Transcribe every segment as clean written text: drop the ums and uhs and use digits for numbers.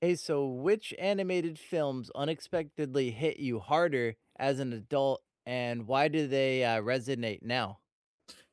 Hey, so which animated films unexpectedly hit you harder as an adult, and why do they resonate now?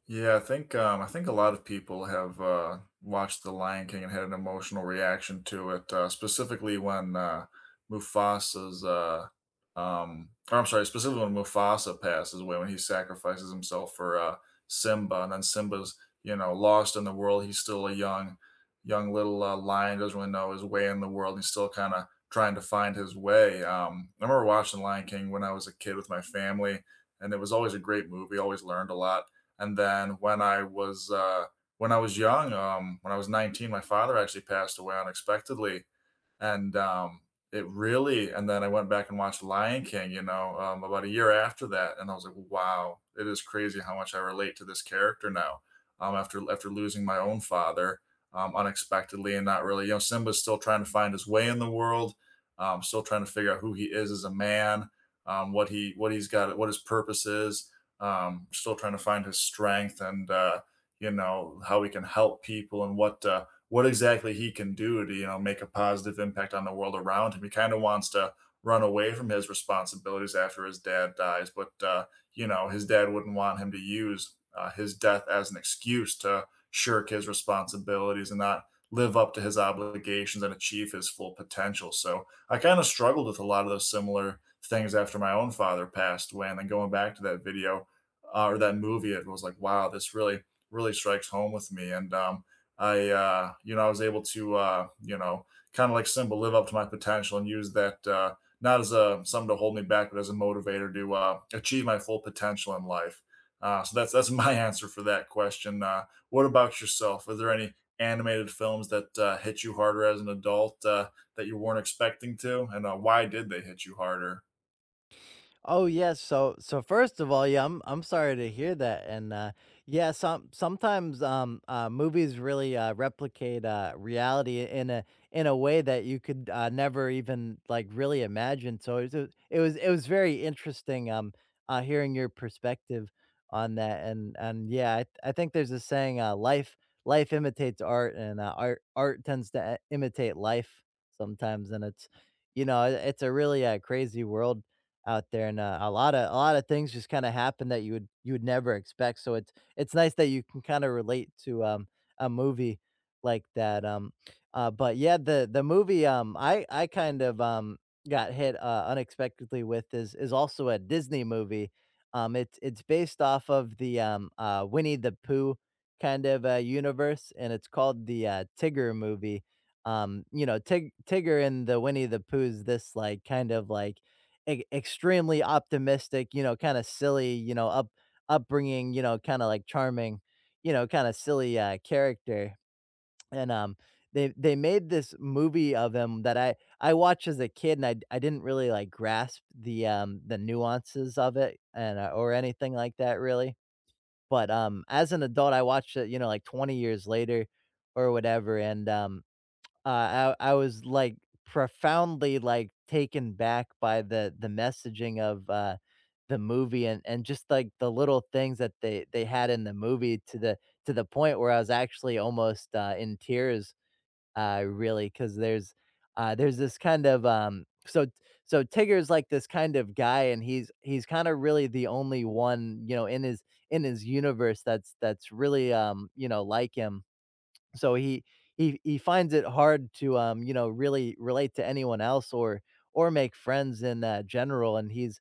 Yeah, I think a lot of people have watched The Lion King and had an emotional reaction to it, specifically when Mufasa's, or I'm sorry, specifically when Mufasa passes away, when he sacrifices himself for Simba, and then Simba's, you know, lost in the world. He's still a young little lion, doesn't really know his way in the world. He's still kind of trying to find his way. I remember watching Lion King when I was a kid with my family, and it was always a great movie. Always learned a lot. And then when I was when I was 19, my father actually passed away unexpectedly, and, it really and then I went back and watched Lion King, you know, about a year after that, and I was like, "Wow, it is crazy how much I relate to this character now." After losing my own father, unexpectedly. And not really, you know, Simba's still trying to find his way in the world, still trying to figure out who he is as a man, what he what he's got what his purpose is, still trying to find his strength, and you know, how he can help people and what exactly he can do to, you know, make a positive impact on the world around him. He kind of wants to run away from his responsibilities after his dad dies, but you know, his dad wouldn't want him to use his death as an excuse to shirk his responsibilities and not live up to his obligations and achieve his full potential. So I kind of struggled with a lot of those similar things after my own father passed away, and then going back to that video or that movie, it was like, wow, this really strikes home with me. And I, you know, I was able to, you know, kind of like Simba, live up to my potential and use that, not as a something to hold me back, but as a motivator to achieve my full potential in life. So that's my answer for that question. What about yourself? Are there any animated films that hit you harder as an adult, that you weren't expecting to, and why did they hit you harder? Oh yes, so first of all, yeah, I'm sorry to hear that, and yeah, sometimes movies really replicate reality in a way that you could never even like really imagine. So it was very interesting hearing your perspective on that, and yeah, I think there's a saying life imitates art, and art tends to imitate life sometimes, and it's you know it- it's a really crazy world out there, and, a lot of things just kinda happen that you would never expect, so it's nice that you can kinda relate to, a movie like that, but yeah, the movie, I kind of, got hit, unexpectedly with is also a Disney movie. It's based off of the, Winnie the Pooh kind of, universe, and it's called the, Tigger movie. You know, Tigger in the Winnie the Pooh's this, like, kind of, like, e extremely optimistic, you know, kinda silly, you know, up upbringing, you know, kinda, like, charming, you know, kinda silly, character, and, they made this movie of him that I watched as a kid, and I didn't really, like, grasp the nuances of it and, or anything like that, really, but, as an adult, I watched it, you know, like, 20 years later or whatever, and, I was, like, profoundly, like, taken back by the messaging of, the movie and just, like, the little things that they had in the movie to the point where I was actually almost, in tears, really, because there's this kind of, so Tigger's, like, this kind of guy, and he's kinda really the only one, you know, in his universe that's really, you know, like him. So he finds it hard to you know really relate to anyone else or make friends in general, and he's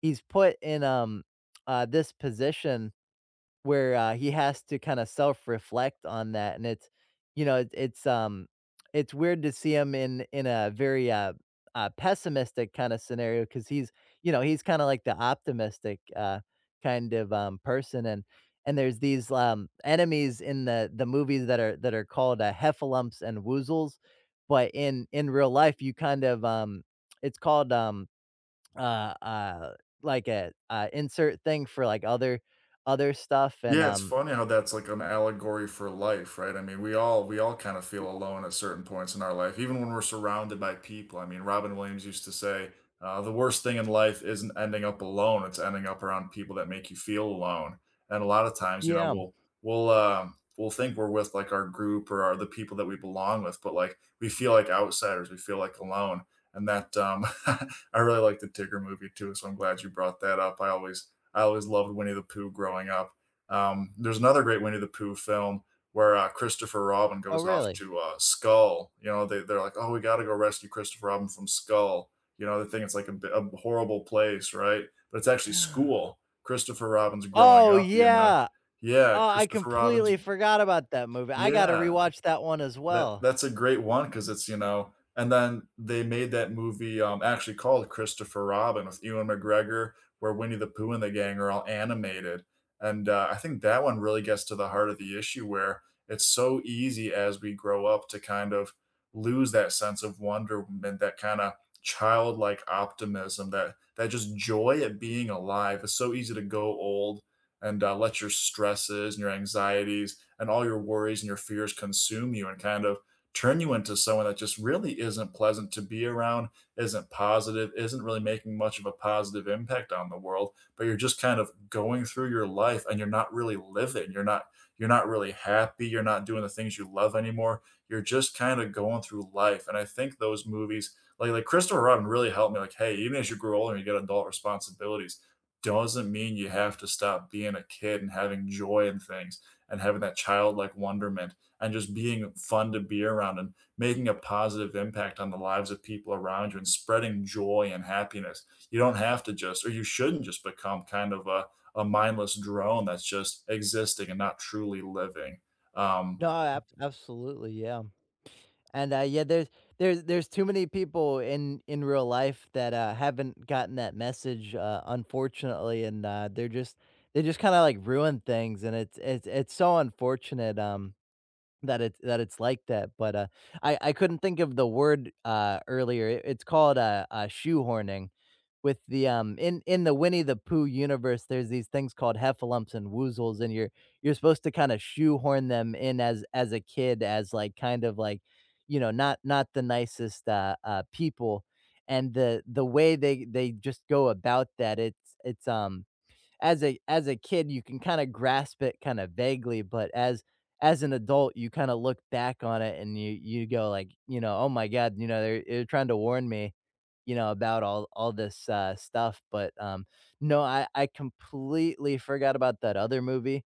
he's put in this position where, he has to kinda self-reflect on that, and it's you know, it's weird to see him in a very, pessimistic kinda scenario, because he's kinda like the optimistic, kind of, person. And there's these, enemies in the movies that are called, Heffalumps and Woozles, but in real life, you kind of, it's called, uh uh like a insert thing for like other stuff and Yeah, it's funny how that's like an allegory for life, right? I mean, we all kind of feel alone at certain points in our life, even when we're surrounded by people. I mean, Robin Williams used to say, "The worst thing in life isn't ending up alone; it's ending up around people that make you feel alone." And a lot of times, you know, yeah. We'll think we're with like our group or the people that we belong with, but like we feel like outsiders, we feel like alone. And that, I really like the Tigger movie too, so I'm glad you brought that up. I always loved Winnie the Pooh growing up. There's another great Winnie the Pooh film where Christopher Robin Oh, goes off really? to Skull. You know, they're like, oh, we got to go rescue Christopher Robin from Skull. You know, they think it's like a horrible place, right? But it's actually school. Christopher Robin's growing Oh, up, you know. yeah. Yeah, Oh, I Christopher Robin's, completely forgot about that movie. I gotta yeah, rewatch that one as that well. that's a great one because it's, you know, and then they made that movie, actually called Christopher Robin with Ewan McGregor, where Winnie the Pooh and the gang are all animated, and, I think that one really gets to the heart of the issue where it's so easy as we grow up to kind of lose that sense of wonderment, that kinda childlike optimism, that just joy at being alive. It's so easy to go old and, let your stresses and your anxieties and all your worries and your fears consume you and kind of turn you into someone that just really isn't pleasant to be around, isn't positive, isn't really making much of a positive impact on the world, but you're just kind of going through your life and you're not really living. You're not really happy, you're not doing the things you love anymore. You're just kind of going through life. And I think those movies like Christopher Robin really helped me like, hey, even as you grow older and you get adult responsibilities, doesn't mean you have to stop being a kid and having joy in things and having that childlike wonderment and just being fun to be around and making a positive impact on the lives of people around you and spreading joy and happiness. You don't have to just, or you shouldn't just become kind of a mindless drone that's just existing and not truly living. Um, No, ab absolutely, yeah. And, yeah, there's too many people in real life that, haven't gotten that message, unfortunately, and, they're just they just kinda, like, ruin things, and it's it's so unfortunate, that it's like that. But, I couldn't think of the word, earlier. It's called, shoehorning with the, in the Winnie the Pooh universe, there's these things called heffalumps and woozles, and you're supposed to kinda shoehorn them in as a kid, as, like, kind of, like, you know, not the nicest, people, and the way they just go about that, as a kid, you can kinda grasp it kinda vaguely, but as an adult, you kinda look back on it and you go like, you know, "Oh my god," you know, "They're trying to warn me," you know, about all this, stuff. But, no, I completely forgot about that other movie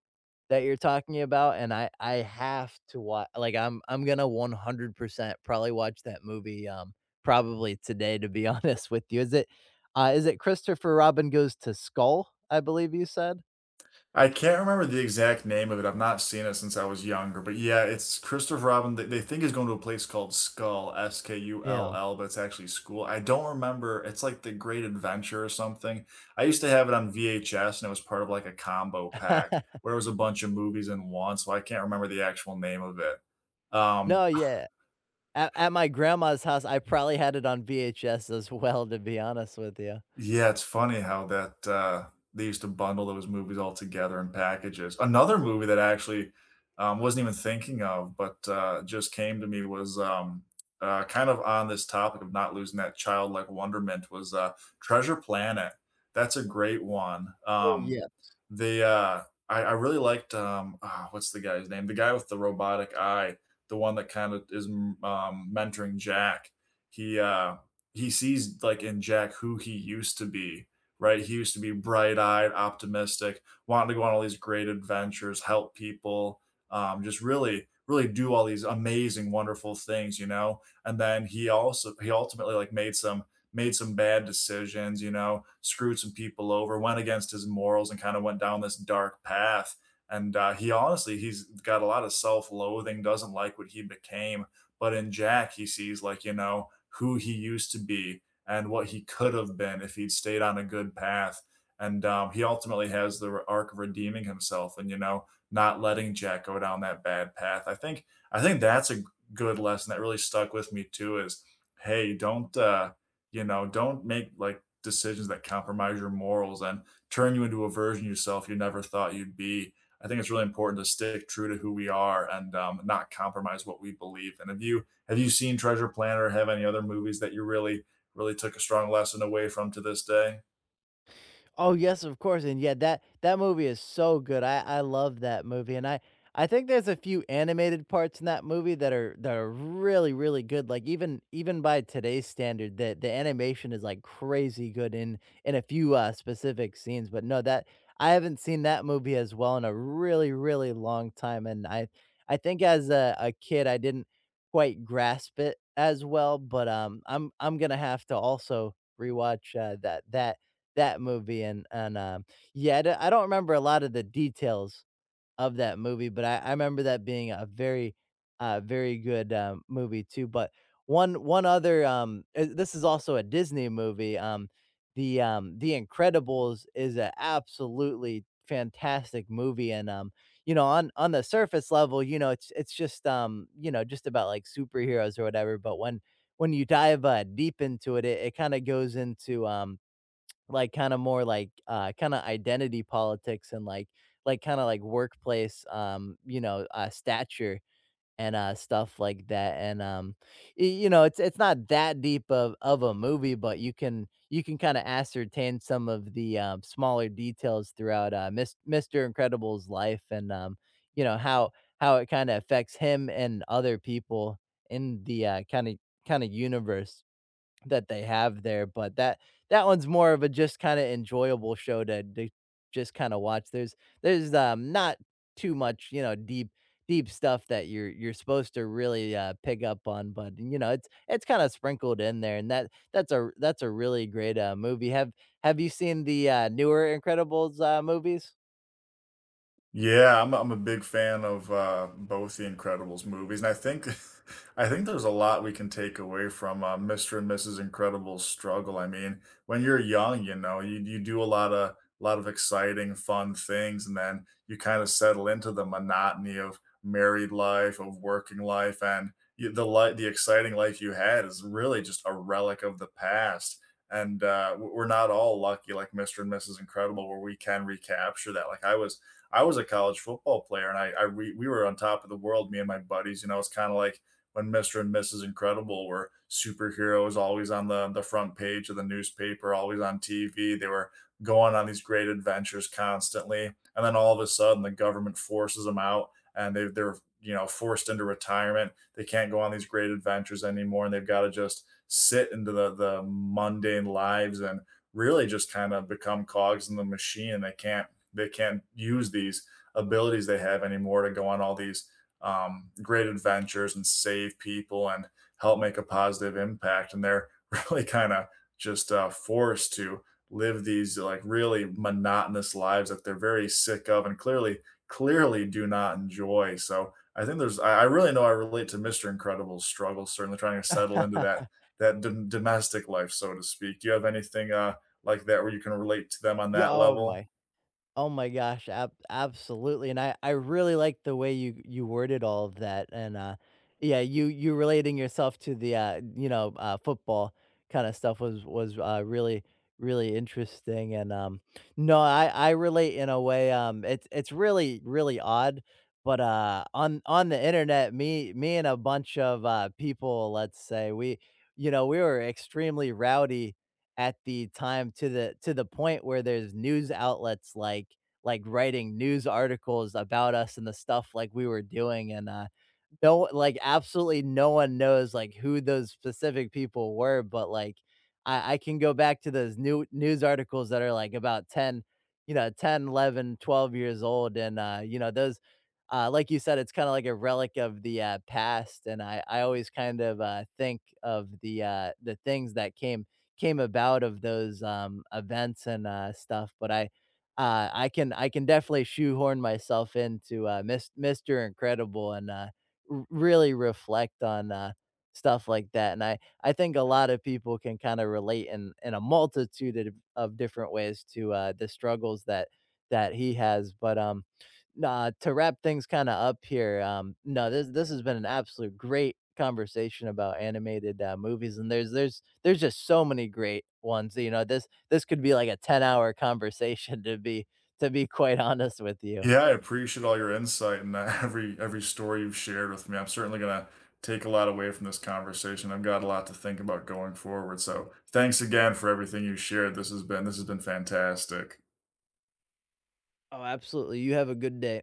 that you're talking about, and I have to watch, like, I'm gonna 100% probably watch that movie, probably today, to be honest with you. Is it Christopher Robin Goes to Skull, I believe you said? I can't remember the exact name of it. I've not seen it since I was younger, but yeah, it's Christopher Robin. They think he's going to a place called Skull, S K U L Yeah. L, but it's actually school. I don't remember. It's like The Great Adventure or something. I used to have it on VHS, and it was part of like a combo pack where it was a bunch of movies in one. So I can't remember the actual name of it. Um, No, yeah. At my grandma's house, I probably had it on VHS as well, to be honest with you. Yeah, it's funny how that, they used to bundle those movies all together in packages. Another movie that I actually, wasn't even thinking of, but, just came to me was, kind of on this topic of not losing that childlike wonderment was, Treasure Planet. That's a great one. Oh, yeah. the, uh, I really liked, what's the guy's name? The guy with the robotic eye, the one that kind of is, mentoring Jack. He, uh he sees like in Jack who he used to be, right? He used to be bright-eyed, optimistic, wanting to go on all these great adventures, help people, just really do all these amazing, wonderful things, you know. And then he ultimately like made some bad decisions, you know, screwed some people over, went against his morals, and kind of went down this dark path. And he honestly, he's got a lot of self-loathing, doesn't like what he became. But in Jack, he sees, like, you know, who he used to be and what he could have been if he'd stayed on a good path. And he ultimately has the arc of redeeming himself, and, you know, not letting Jack go down that bad path. I think that's a good lesson that really stuck with me too. Is, hey, don't you know, don't make like decisions that compromise your morals and turn you into a version of yourself you never thought you'd be. I think it's really important to stick true to who we are and, not compromise what we believe. And if you Have you seen Treasure Planet or have any other movies that you really took a strong lesson away from to this day? Oh, yes, of course, and yeah, that movie is so good, I love that movie, and I think there's a few animated parts in that movie that are really, really good, like, even by today's standard, the animation is, like, crazy good in a few, specific scenes. But no, that I haven't seen that movie as well in a really, really long time, and I think as a kid, I didn't quite grasp it as well, but, I'm gonna have to also rewatch, that that movie and, yeah, I don't remember a lot of the details of that movie, but I remember that being a very, very good, movie too. But one other, this is also a Disney movie, the Incredibles is an absolutely fantastic movie, and, you know, on the surface level, you know, it's just, you know, just about, like, superheroes or whatever. But when you dive, deep into it, it kinda goes into, like, kinda more like, kinda identity politics and, kinda like workplace, you know, stature and, stuff like that, and, y you know, it's not that deep of a movie, but you can kinda ascertain some of the, smaller details throughout, Mister Incredible's life and, you know, how it kinda affects him and other people in the, kinda universe that they have there. But that one's more of a just kinda enjoyable show to just kinda watch. There's not too much, you know, deep stuff that you're supposed to really, pick up on, but, you know, it's kinda sprinkled in there, and that's a that's a really great, movie. Have you seen the, newer Incredibles, movies? Yeah, I'm a big fan of both the Incredibles movies, and I think I think there's a lot we can take away from Mr. and Mrs. Incredible's struggle. I mean, when you're young, you know, you do a lot of exciting, fun things, and then you kind of settle into the monotony of married life, of working life, and the light, the exciting life you had is really just a relic of the past. And we're not all lucky like Mr. and Mrs. Incredible, where we can recapture that. I was a college football player, and we were on top of the world, me and my buddies. You know, it's kind of like when Mr. and Mrs. Incredible were superheroes, always on the front page of the newspaper, always on TV. They were going on these great adventures constantly. And then all of a sudden, the government forces them out and they're, you know, forced into retirement. They can't go on these great adventures anymore, and they've got to just sit into the mundane lives and really just kind of become cogs in the machine, and they can't use these abilities they have anymore to go on all these great adventures and save people and help make a positive impact. And they're really kind of just forced to live these like really monotonous lives that they're very sick of and clearly do not enjoy. So I think there's, I really know I relate to Mr. Incredible's struggle, certainly trying to settle into that domestic life, so to speak. Do you have anything like that where you can relate to them on Yeah, that level? Oh my gosh, ab absolutely, and I really like the way you worded all of that, and, yeah, you relating yourself to the, you know, football kinda stuff was was really, really interesting, and, no, I relate in a way, it's really, really odd, but, on the internet, me and a bunch of, people, let's say, we we were extremely rowdy at the time to the point where there's news outlets like writing news articles about us and the stuff like we were doing, and no, like, absolutely no one knows, like, who those specific people were, but like I can go back to those news articles that are like about 10, 10, 11, 12 years old, and you know those, like you said, it's kind of like a relic of the, past, and I always kind of think of the things that came about of those, events and, stuff. But I can definitely shoehorn myself into, Mis Mr. Incredible and, r really reflect on, stuff like that, and I think a lot of people can kinda relate in a multitude of different ways to, the struggles that he has. But, nah, to wrap things kinda up here, no, this has been an absolute great conversation about animated, movies, and there's just so many great ones, you know, this could be like a 10-hour conversation to be quite honest with you. Yeah, I appreciate all your insight and every story you've shared with me. I'm certainly gonna take a lot away from this conversation. I've got a lot to think about going forward. So thanks again for everything you shared. This has been fantastic. Oh, absolutely, you have a good day.